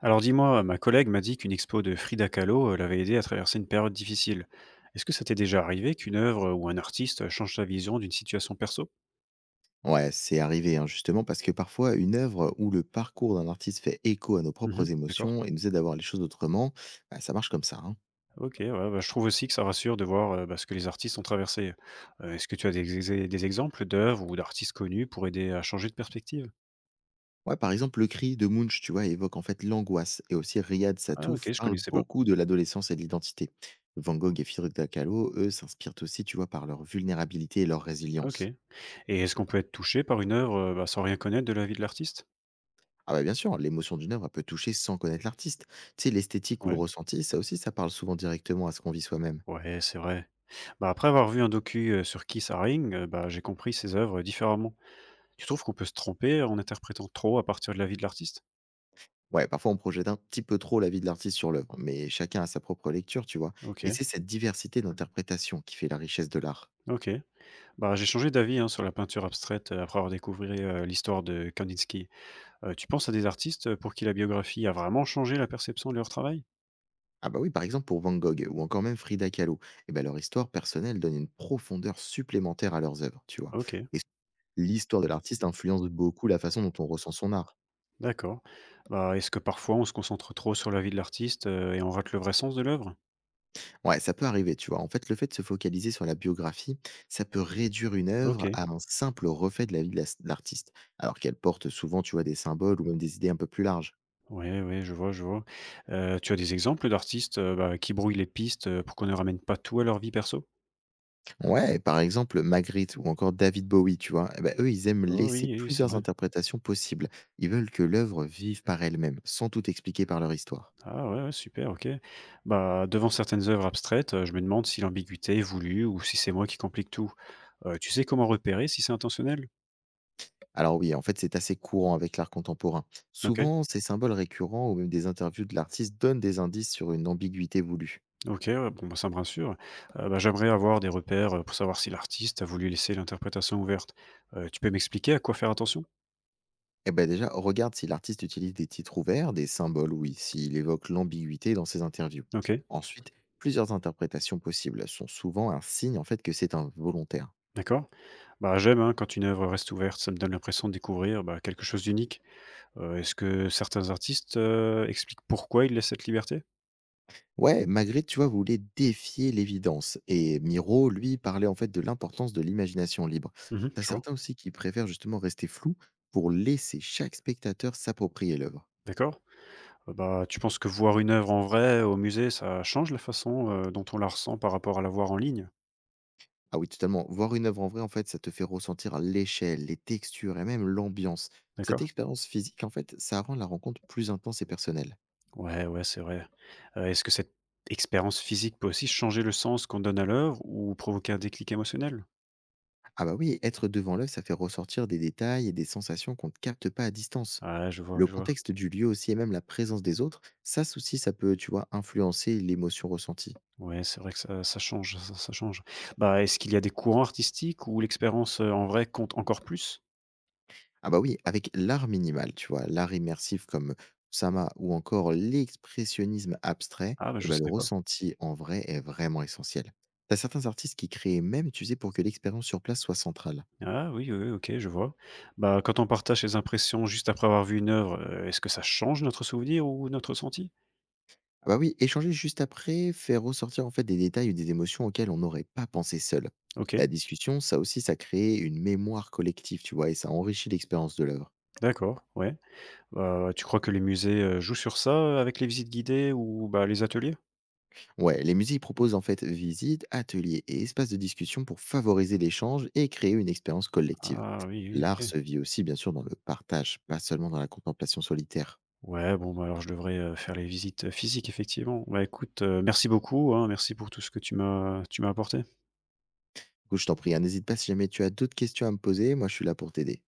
Alors dis-moi, ma collègue m'a dit qu'une expo de Frida Kahlo l'avait aidé à traverser une période difficile. Est-ce que ça t'est déjà arrivé qu'une œuvre ou un artiste change ta vision d'une situation perso? Ouais, c'est arrivé, hein, justement, parce que parfois, une œuvre où le parcours d'un artiste fait écho à nos Mhm. propres D'accord. émotions et nous aide à voir les choses autrement, bah, ça marche comme ça, hein. Ok, ouais, bah, je trouve aussi que ça rassure de voir bah, ce que les artistes ont traversé. Est-ce que tu as des, des exemples d'œuvres ou d'artistes connus pour aider à changer de perspective? Ouais, par exemple, le cri de Munch, tu vois, évoque en fait l'angoisse. Et aussi, Riyad Ah ok, Satouf je parle connaissais pas. beaucoup de l'adolescence et de l'identité. Van Gogh et Frida Kahlo, eux, s'inspirent aussi, tu vois, par leur vulnérabilité et leur Ok. résilience. Et est-ce qu'on peut être touché par une œuvre bah, sans rien connaître de la vie de l'artiste? Ah bah bien sûr, l'émotion d'une œuvre elle peut toucher sans connaître l'artiste. Tu sais, l'esthétique ou le Ouais. ressenti, ça aussi, ça parle souvent directement à ce qu'on vit soi-même. Ouais, c'est vrai. Bah, après avoir vu un docu sur Keith Haring, bah, j'ai compris ses œuvres différemment. Tu trouves qu'on peut se tromper en interprétant trop à partir de la vie de l'artiste? Ouais, parfois on projette un petit peu trop la vie de l'artiste sur l'œuvre, mais chacun a sa propre lecture, tu vois. Et OK. c'est cette diversité d'interprétation qui fait la richesse de l'art. OK. Bah, j'ai changé d'avis, hein, sur la peinture abstraite, après avoir découvert, l'histoire de Kandinsky. Tu penses à des artistes, pour qui la biographie a vraiment changé la perception de leur travail? Ah bah oui, par exemple pour Van Gogh ou encore même Frida Kahlo, eh ben leur histoire personnelle donne une profondeur supplémentaire à leurs œuvres, tu vois. OK, Et l'histoire de l'artiste influence beaucoup la façon dont on ressent son art. d'accord. Bah, est-ce que parfois on se concentre trop sur la vie de l'artiste, et on rate le vrai sens de l'œuvre? Ouais, ça peut arriver, tu vois. En fait, le fait de se focaliser sur la biographie, ça peut réduire une œuvre OK. à un simple reflet de la vie de de l'artiste, alors qu'elle porte souvent, tu vois, des symboles ou même des idées un peu plus larges. Oui, oui, je vois, je vois. Tu as des exemples d'artistes, bah, qui brouillent les pistes, pour qu'on ne ramène pas tout à leur vie perso? Ouais, par exemple Magritte ou encore David Bowie, tu vois? Et bah, eux, ils aiment Oh oui, laisser oui, oui, c'est plusieurs vrai. interprétations possibles. Ils veulent que l'œuvre vive par elle-même, sans tout expliquer par leur histoire. Ah ouais, ouais, super, OK. Bah, devant certaines œuvres abstraites, je me demande si l'ambiguïté est voulue ou si c'est moi qui complique tout. Tu sais comment repérer si c'est intentionnel? Alors oui, en fait, c'est assez courant avec l'art contemporain. OK, Souvent, ces symboles récurrents ou même des interviews de l'artiste donnent des indices sur une ambiguïté voulue. OK, ouais, bon, bah, ça me rassure. Bah, j'aimerais avoir des repères, pour savoir si l'artiste a voulu laisser l'interprétation ouverte. Tu peux m'expliquer à quoi faire attention? Eh ben déjà, regarde si l'artiste utilise des titres ouverts, des symboles, oui, s'il évoque l'ambiguïté dans ses interviews. OK, Ensuite, plusieurs interprétations possibles sont souvent un signe en fait que c'est involontaire. d'accord. Bah, j'aime, hein, quand une œuvre reste ouverte, ça me donne l'impression de découvrir, bah, quelque chose d'unique. Est-ce que certains artistes, expliquent pourquoi ils laissent cette liberté? Ouais, Magritte, tu vois, voulait défier l'évidence. Et Miro, lui, parlait en fait de l'importance de l'imagination libre. Mmh, T'as je vois, certains aussi qui préfèrent justement rester flous pour laisser chaque spectateur s'approprier l'œuvre. d'accord. Ah bah, tu penses que voir une œuvre en vrai au musée, ça change la façon, dont on la ressent par rapport à la voir en ligne? Ah oui, totalement. Voir une œuvre en vrai, en fait, ça te fait ressentir l'échelle, les textures et même l'ambiance. Cette D'accord. expérience physique, en fait, ça rend la rencontre plus intense et personnelle. Ouais, ouais, c'est vrai. Est-ce que cette expérience physique peut aussi changer le sens qu'on donne à l'œuvre ou provoquer un déclic émotionnel? Ah bah oui, être devant l'œuvre, ça fait ressortir des détails et des sensations qu'on ne capte pas à distance. Ouais, je vois, Le je vois. contexte du lieu aussi et même la présence des autres, ça aussi, ça peut, tu vois, influencer l'émotion ressentie. Ouais, c'est vrai que ça change, ça change. Bah, est-ce qu'il y a des courants artistiques où l'expérience, en vrai compte encore plus? Ah bah oui, avec l'art minimal, tu vois, l'art immersif comme Sama ou encore l'expressionnisme abstrait, Ah bah, eh je ben le savais pas. ressenti en vrai est vraiment essentiel. T'as certains artistes qui créent même, tu sais, pour que l'expérience sur place soit centrale. Ah oui, oui, oui, OK, je vois. Bah, quand on partage ses impressions juste après avoir vu une œuvre, est-ce que ça change notre souvenir ou notre ressenti? Ah bah oui, échanger juste après fait ressortir en fait des détails ou des émotions auxquelles on n'aurait pas pensé seul. OK. La discussion, ça aussi, ça crée une mémoire collective, tu vois, et ça enrichit l'expérience de l'œuvre. D'accord, ouais. Tu crois que les musées, jouent sur ça, avec les visites guidées ou, bah, les ateliers? Ouais, les musées proposent en fait visites, ateliers et espaces de discussion pour favoriser l'échange et créer une expérience collective. Ah oui, oui, L'art OK. se vit aussi, bien sûr, dans le partage, pas seulement dans la contemplation solitaire. Ouais, bon, bah, alors je devrais, faire les visites, physiques effectivement. Bah, écoute, merci beaucoup, hein, merci pour tout ce que tu m'as apporté. Du coup, je t'en prie, hein, n'hésite pas si jamais tu as d'autres questions à me poser, moi je suis là pour t'aider.